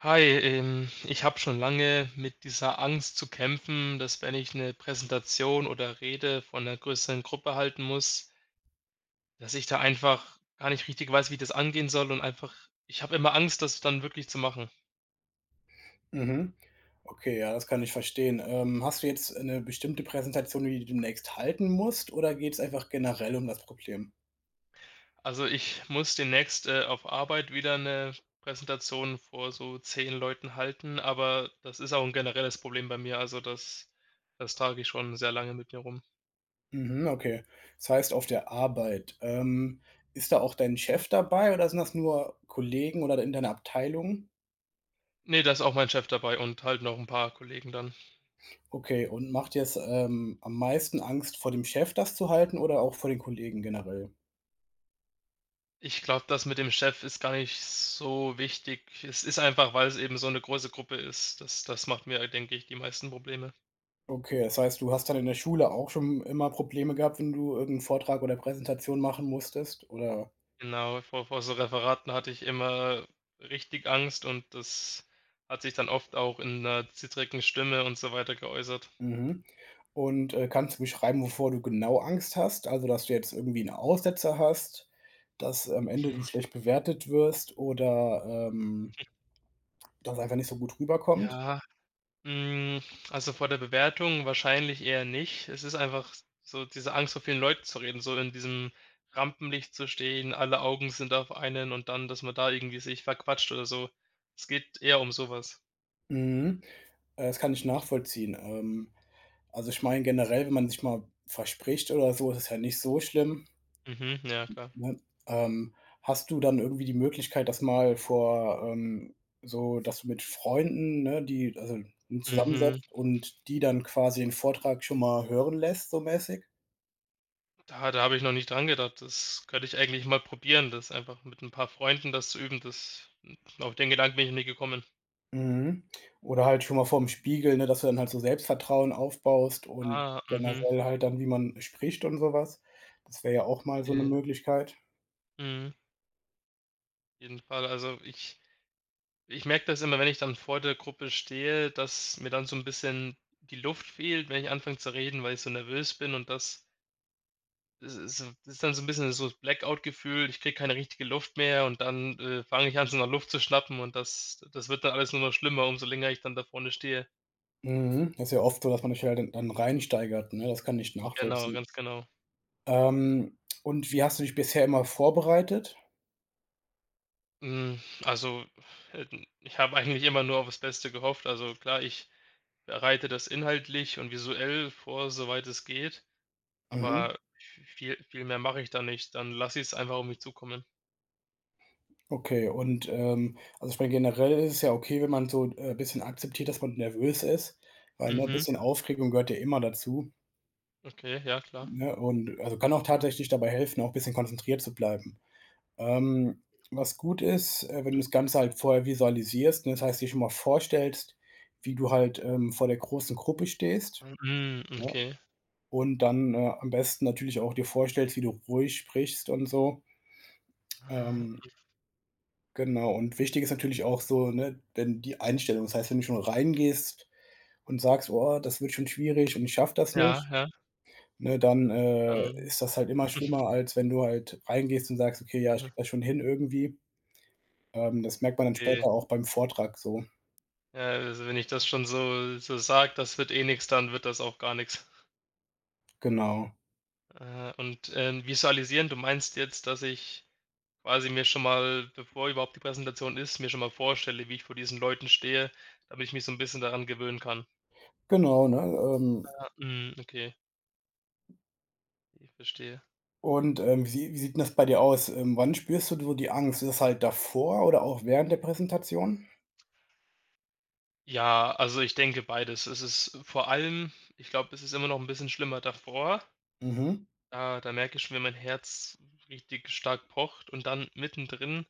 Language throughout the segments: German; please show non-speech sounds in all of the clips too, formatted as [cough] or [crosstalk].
Hi, ich habe schon lange mit dieser Angst zu kämpfen, dass wenn ich eine Präsentation oder Rede vor einer größeren Gruppe halten muss, dass ich da einfach gar nicht richtig weiß, wie ich das angehen soll und einfach ich habe immer Angst, das dann wirklich zu machen. Mhm. Okay, ja, das kann ich verstehen. Hast du jetzt eine bestimmte Präsentation, die du demnächst halten musst, oder geht es einfach generell um das Problem? Also, ich muss demnächst, auf Arbeit wieder eine Präsentation vor so 10 Leuten halten, aber das ist auch ein generelles Problem bei mir. Also, das trage ich schon sehr lange mit mir rum. Mhm, okay. Das heißt auf der Arbeit. Ist da auch dein Mhm. Chef dabei oder sind das nur Kollegen oder in deiner Abteilung? Ne, da ist auch mein Chef dabei und halt noch ein paar Kollegen dann. Okay, und macht dir's, am meisten Angst, vor dem Chef das zu halten oder auch vor den Kollegen generell? Ich glaube, das mit dem Chef ist gar nicht so wichtig. Es ist einfach, weil es eben so 'ne große Gruppe ist. Das macht mir, denke ich, die meisten Probleme. Okay, das heißt, du hast dann in der Schule auch schon immer Probleme gehabt, wenn du irgendeinen Vortrag oder Präsentation machen musstest, oder Genau, vor so Referaten hatte ich immer richtig Angst und das hat sich dann oft auch in 'ner zittrigen Stimme und so weiter geäußert. mhm. Und, kannst du beschreiben, wovor du genau Angst hast? Also, dass du jetzt irgendwie einen Aussetzer hast, dass am Ende du schlecht bewertet wirst oder, ähm, das einfach nicht so gut rüberkommt? Ja. Hm, also vor der Bewertung wahrscheinlich eher nicht. Es ist einfach so diese Angst, vor vielen Leuten zu reden, so in diesem Rampenlicht zu stehen, alle Augen sind auf einen und dann, dass man da irgendwie sich verquatscht oder so. Es geht eher um sowas. Mhm. Das kann ich nachvollziehen. Also, ich meine generell, wenn man sich mal verspricht oder so, ist es ja nicht so schlimm. Mhm, ja klar. Ne? Ähm, Hast du dann irgendwie die Möglichkeit, das mal vor, so dass du mit Freunden, ne, die also Mhm, zusammensetzt und die dann quasi den Vortrag schon mal hören lässt, so mäßig? da habe ich noch nicht dran gedacht. Das könnte ich eigentlich mal probieren, das einfach mit ein paar Freunden das zu üben. Das auf den Gedanken bin ich noch nie gekommen. Mhm. Oder halt schon mal vorm Spiegel, ne, dass du dann halt so Selbstvertrauen aufbaust und Ah, mhm, generell halt dann, wie man spricht und sowas. Das wäre ja auch mal so eine ja, Möglichkeit. mhm, jeden Fall. Also, ich merke das immer, wenn ich dann vor der Gruppe stehe, dass mir dann so ein bisschen die Luft fehlt, wenn ich anfange zu reden, weil ich so nervös bin und das es ist so das ist dann so ein bisschen so das Blackout-Gefühl. Ich kriege keine richtige Luft mehr und dann, fange ich an, so nach Luft zu schnappen und das wird dann alles nur noch schlimmer, umso länger ich dann da vorne stehe. Mhm. Das ist ja oft so, dass man sich halt dann reinsteigert, ne? Das kann ich Genau, nachvollziehen. ganz genau. Ähm, und wie hast du dich bisher immer vorbereitet? Hm, also, äh, ich habe eigentlich immer nur auf das Beste gehofft. Also, klar, ich bereite das inhaltlich und visuell vor, soweit es geht. Mhm. Aber v viel viel mehr mache ich da nicht. Dann lasse ich es einfach auf mich zukommen. Okay, und, also ich meine, generell ist es ja okay, wenn man so, ein bisschen akzeptiert, dass man nervös ist, weil, ne, ein Mhm. bisschen Aufregung gehört ja immer dazu, Okay, ja klar. ne? Und also kann auch tatsächlich dabei helfen, auch ein bisschen konzentriert zu bleiben. Ähm, Was gut ist, wenn du das Ganze halt vorher visualisierst, ne, das heißt, dir schon mal vorstellst, wie du halt, vor der großen Gruppe stehst, Mhm, ne? okay. Und dann, am besten natürlich auch dir vorstellst, wie du ruhig sprichst und so. Ah, Ähm Genau, und wichtig ist natürlich auch so, ne, denn die Einstellung. Das heißt, wenn du schon reingehst und sagst: „Oh, das wird schon schwierig und ich schaffe das ja, nicht“, ja, ne, dann, dann ist das halt immer schlimmer, als wenn du halt reingehst und sagst: „Okay, ja, ich mhm, kriege das schon hin irgendwie.“ Das merkt man dann später okay. auch beim Vortrag so. Ja, also wenn ich das schon so sage, das wird eh nix, dann wird das auch gar nix. Genau. Und, visualisieren, du meinst jetzt, dass ich quasi mir schon mal, bevor überhaupt die Präsentation ist, mir schon mal vorstelle, wie ich vor diesen Leuten stehe, damit ich mich so ein bisschen daran gewöhnen kann. Genau, ne? Ah, mhm, okay, ich verstehe. Wie sieht 'n das bei dir aus? Wann spürst du so die Angst? Ist es halt davor oder auch während der Präsentation? Ja, also ich denke beides. Es ist vor allem ich glaube, es ist immer noch ein bisschen schlimmer davor. Mhm. Da merke ich schon, wenn mein Herz richtig stark pocht und dann mittendrin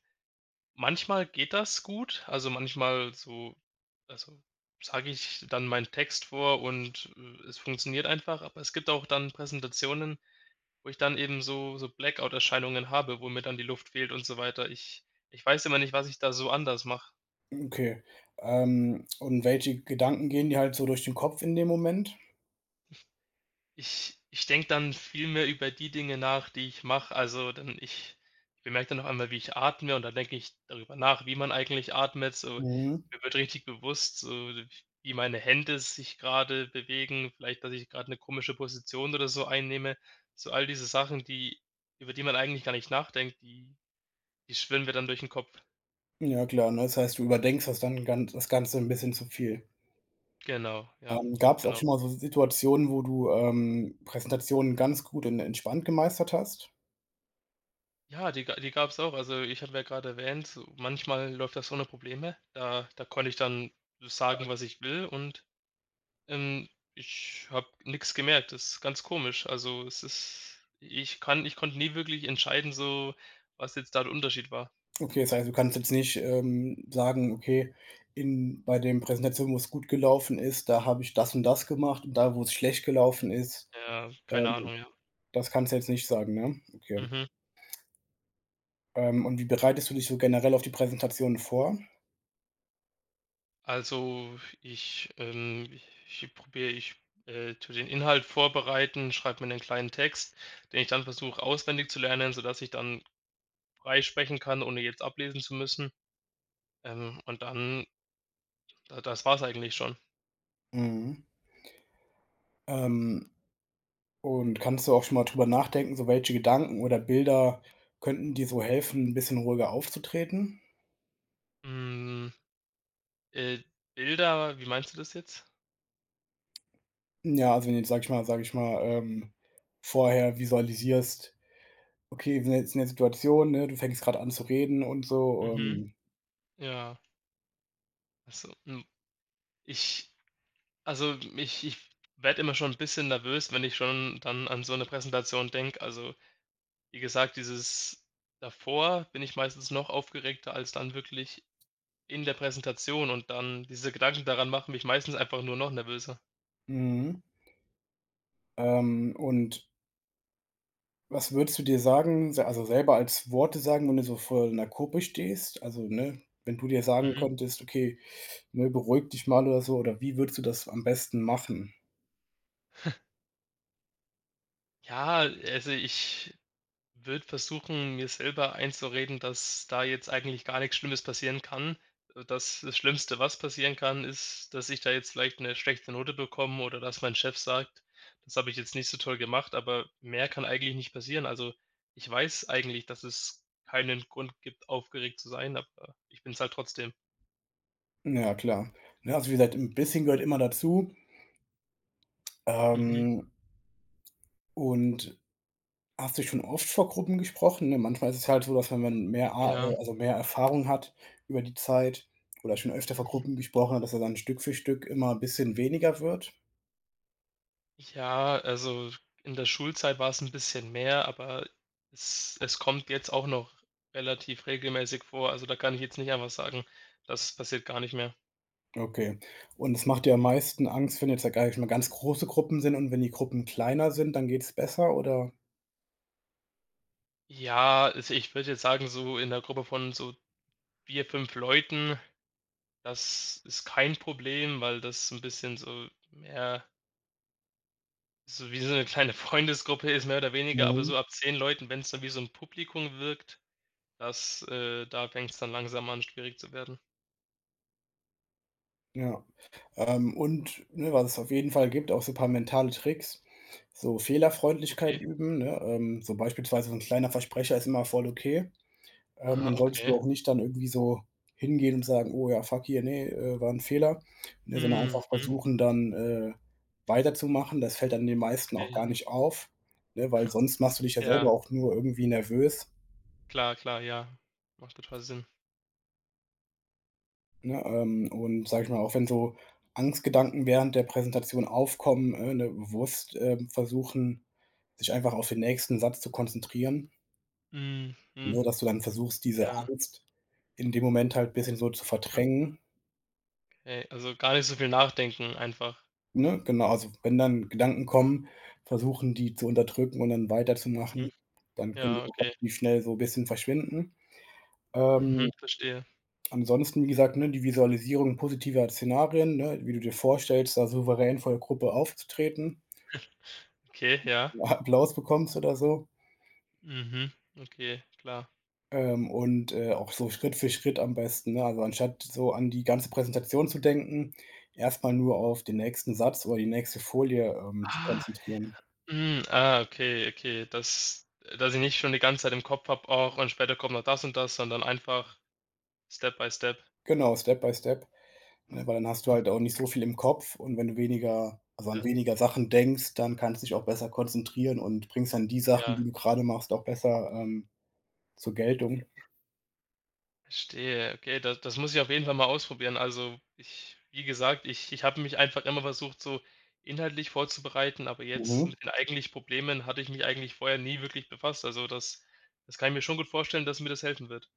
manchmal geht das gut. Also, manchmal so also, sage ich dann meinen Text vor und, es funktioniert einfach, aber es gibt auch dann Präsentationen, wo ich dann eben so Blackout-Erscheinungen habe, wo mir dann die Luft fehlt und so weiter. Ich weiß immer nicht, was ich da so anders mache. Okay. Und welche Gedanken gehen dir halt so durch den Kopf in dem Moment? Ich denke dann viel mehr über die Dinge nach, die ich mache. Also, dann ich bemerke dann noch einmal, wie ich atme und dann denke ich darüber nach, wie man eigentlich atmet. So, Mhm. mir wird richtig bewusst, so wie meine Hände sich gerade bewegen, vielleicht, dass ich gerade eine komische Position oder so einnehme. So all diese Sachen, die über die man eigentlich gar nicht nachdenkt, die schwirren mir dann durch den Kopf. Ja klar, ne? Das heißt, du überdenkst das das Ganze ein bisschen zu viel. Genau, ja, ganz Gab es auch genau. schon mal so Situationen, wo du, Präsentationen ganz gut und entspannt gemeistert hast? Ja, die gab's auch. Also, ich hatte ja gerade erwähnt, so manchmal läuft das ohne Probleme. Da konnte ich dann sagen, was ich will und, ähm, ich habe nix gemerkt. Das ist ganz komisch. Also, es ist ich kann ich konnte nie wirklich entscheiden, so, was jetzt da der Unterschied war. Okay, das heißt, du kannst jetzt nicht, sagen: „Okay, in bei den Präsentationen, wo es gut gelaufen ist, da habe ich das und das gemacht und da, wo es schlecht gelaufen ist, Ja, keine ähm“ Ahnung, ja. das kannst du jetzt nicht sagen, ne? Okay. Mhm. Und wie bereitest du dich so generell auf die Präsentationen vor? Also, ich tue den Inhalt vorbereiten, schreibe mir 'nen kleinen Text, den ich dann versuche auswendig zu lernen, sodass ich dann freisprechen kann, ohne jetzt ablesen zu müssen. Und dann da das war's eigentlich schon. Mhm. Ähm, und kannst du auch schon mal drüber nachdenken, so welche Gedanken oder Bilder könnten dir so helfen, ein bisschen ruhiger aufzutreten? Hm, äh, Bilder, wie meinst du das jetzt? Ja, also, wenn du jetzt, sag ich mal, vorher visualisierst. Okay, wir sind jetzt in der Situation, ne? Du fängst gerade an zu reden und so, Mhm. ähm. Ja, also, hm, ich also, ich werde immer schon ein bisschen nervös, wenn ich schon dann an so eine Präsentation denke. Also, wie gesagt, dieses davor bin ich meistens noch aufgeregter als dann wirklich in der Präsentation und dann diese Gedanken daran machen mich meistens einfach nur noch nervöser. Mhm. ähm, und Was würdest du dir selber als Worte sagen, wenn du so vor einer Gruppe stehst? Also, ne, wenn du dir sagen Mhm. könntest: „Okay, ne, beruhig dich mal“ oder so, oder wie würdest du das am besten machen? Ja, also, ich würde versuchen, mir selber einzureden, dass da jetzt eigentlich gar nichts Schlimmes passieren kann. Dass das Schlimmste, was passieren kann, ist, dass ich da jetzt vielleicht eine schlechte Note bekomme oder dass mein Chef sagt: „Das habe ich jetzt nicht so toll gemacht“, aber mehr kann eigentlich nicht passieren. Also, ich weiß eigentlich, dass es keinen Grund gibt, aufgeregt zu sein, aber ich bin es halt trotzdem. Ja, klar. Ne, also, wie gesagt, ein bisschen gehört immer dazu, Mhm. ähm, und hast du schon oft vor Gruppen gesprochen, ne? Manchmal ist es halt so, dass wenn man mehr A Ja. Also mehr Erfahrung hat über die Zeit oder schon öfter vor Gruppen gesprochen hat, dass er dann Stück für Stück immer 'n bisschen weniger wird? Ja, also in der Schulzeit war es ein bisschen mehr, aber es kommt jetzt auch noch relativ regelmäßig vor. Also, da kann ich jetzt nicht einfach sagen, das passiert gar nicht mehr. Okay. Und es macht dir am meisten Angst, wenn jetzt, sage ich mal, ganz große Gruppen sind und wenn die Gruppen kleiner sind, dann geht es besser, oder? Ja, also ich würde jetzt sagen, so in der Gruppe von so 4 5 Leuten, das ist kein Problem, weil das so ein bisschen so mehr so wie so eine kleine [laughs] Freundesgruppe ist, mehr oder weniger, aber Mhm. so ab 10 Leuten, wenn es dann wie so ein Publikum wirkt, das da fängt es dann langsam an, schwierig zu werden. Ja. Und, ne, was es auf jeden Fall gibt, auch so ein paar mentale Tricks, so Fehlerfreundlichkeit Okay. üben, ne? So beispielsweise so ein kleiner Versprecher ist immer voll okay. Aha, Dann solltest du okay. auch nicht dann irgendwie so hingehen und sagen: „Oh ja, fuck hier, nee war ein Fehler“, ne, sondern Mhm, einfach versuchen dann, weiterzumachen. Das fällt dann den meisten auch gar okay. nicht auf, ne, weil sonst machst du dich ja Ja, selber auch nur irgendwie nervös. klar, klar, ja. Macht total Sinn. Ne, und sage ich mal, auch wenn so Angstgedanken während der Präsentation aufkommen, ne, bewusst, versuchen, sich einfach auf den nächsten Satz zu konzentrieren, Mhm, mhm, so dass du dann versuchst, diese ja, Angst in dem Moment halt bisschen so zu verdrängen, okay. Also, gar nicht so viel nachdenken einfach. ne? Genau, also wenn dann Gedanken kommen, versuchen, die zu unterdrücken und dann weiterzumachen. Mhm. Dann können die Ja, auch okay. relativ schnell so ein bisschen verschwinden. Ähm, Mhm, verstehe. Ansonsten, wie gesagt, ne, die Visualisierung positiver Szenarien, ne, wie du dir vorstellst, da souverän vor der Gruppe aufzutreten. Okay, ja. Applaus bekommst oder so. Mhm, okay, klar. Auch so Schritt für Schritt am besten, ne? Also, anstatt so an die ganze Präsentation zu denken, erstmal nur auf den nächsten Satz oder die nächste Folie, zu Ah, konzentrieren. mhm, ah, okay, okay. Dass ich nicht schon die ganze Zeit im Kopf habe: auch und später kommt noch das und das“, sondern einfach Step by Step. Genau, Step by Step, ne? Weil dann hast du Mhm, halt auch nicht so viel im Kopf und wenn du weniger also, an ja, weniger Sachen denkst, dann kannst du dich auch besser konzentrieren und bringst dann die Sachen, ja. die du gerade machst, auch besser, zur Geltung. Verstehe. Okay, das muss ich auf jeden Fall mal ausprobieren. Also, ich wie gesagt, ich habe mich einfach immer versucht, so inhaltlich vorzubereiten, aber jetzt Mhm. mit den eigentlich Problemen hatte ich mich eigentlich vorher nie wirklich befasst. Also, das kann ich mir schon gut vorstellen, dass mir das helfen wird.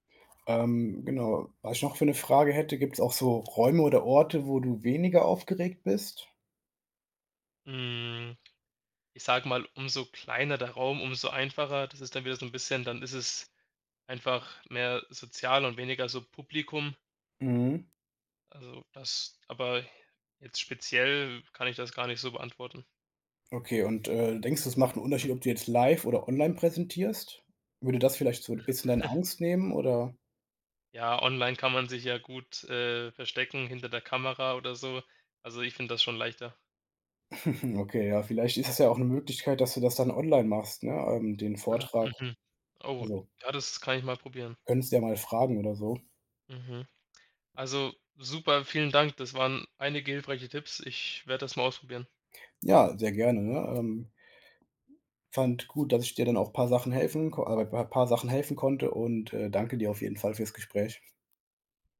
Genau, was ich noch für eine Frage hätte, gibt es auch so Räume oder Orte, wo du weniger aufgeregt bist? Hm, ich sage mal, umso kleiner der Raum, umso einfacher. Das ist dann wieder so ein bisschen dann ist es einfach mehr sozial und weniger so Publikum. Mhm. Also, das aber jetzt speziell kann ich das gar nicht so beantworten. Okay, und, denkst du, es macht einen Unterschied, ob du jetzt live oder online präsentierst? Würde das vielleicht so ein bisschen deine Angst nehmen oder Ja, online kann man sich ja gut, verstecken hinter der Kamera oder so. Also, ich finde das schon leichter. [laughs] mhm, okay, ja, vielleicht ist es ja auch eine Möglichkeit, dass du das dann online machst, ne, den Ah, Vortrag. mhm. Oh, Also, ja, das kann ich mal probieren. könntest ja mal fragen oder so. Mhm. Also, super, vielen Dank. Das waren einige hilfreiche Tipps. Ich werde das mal ausprobieren. Ja, sehr gerne, ne? Fand gut, dass ich dir dann auch ein paar Sachen helfen ko bei ein paar Sachen helfen konnte und, danke dir auf jeden Fall fürs Gespräch.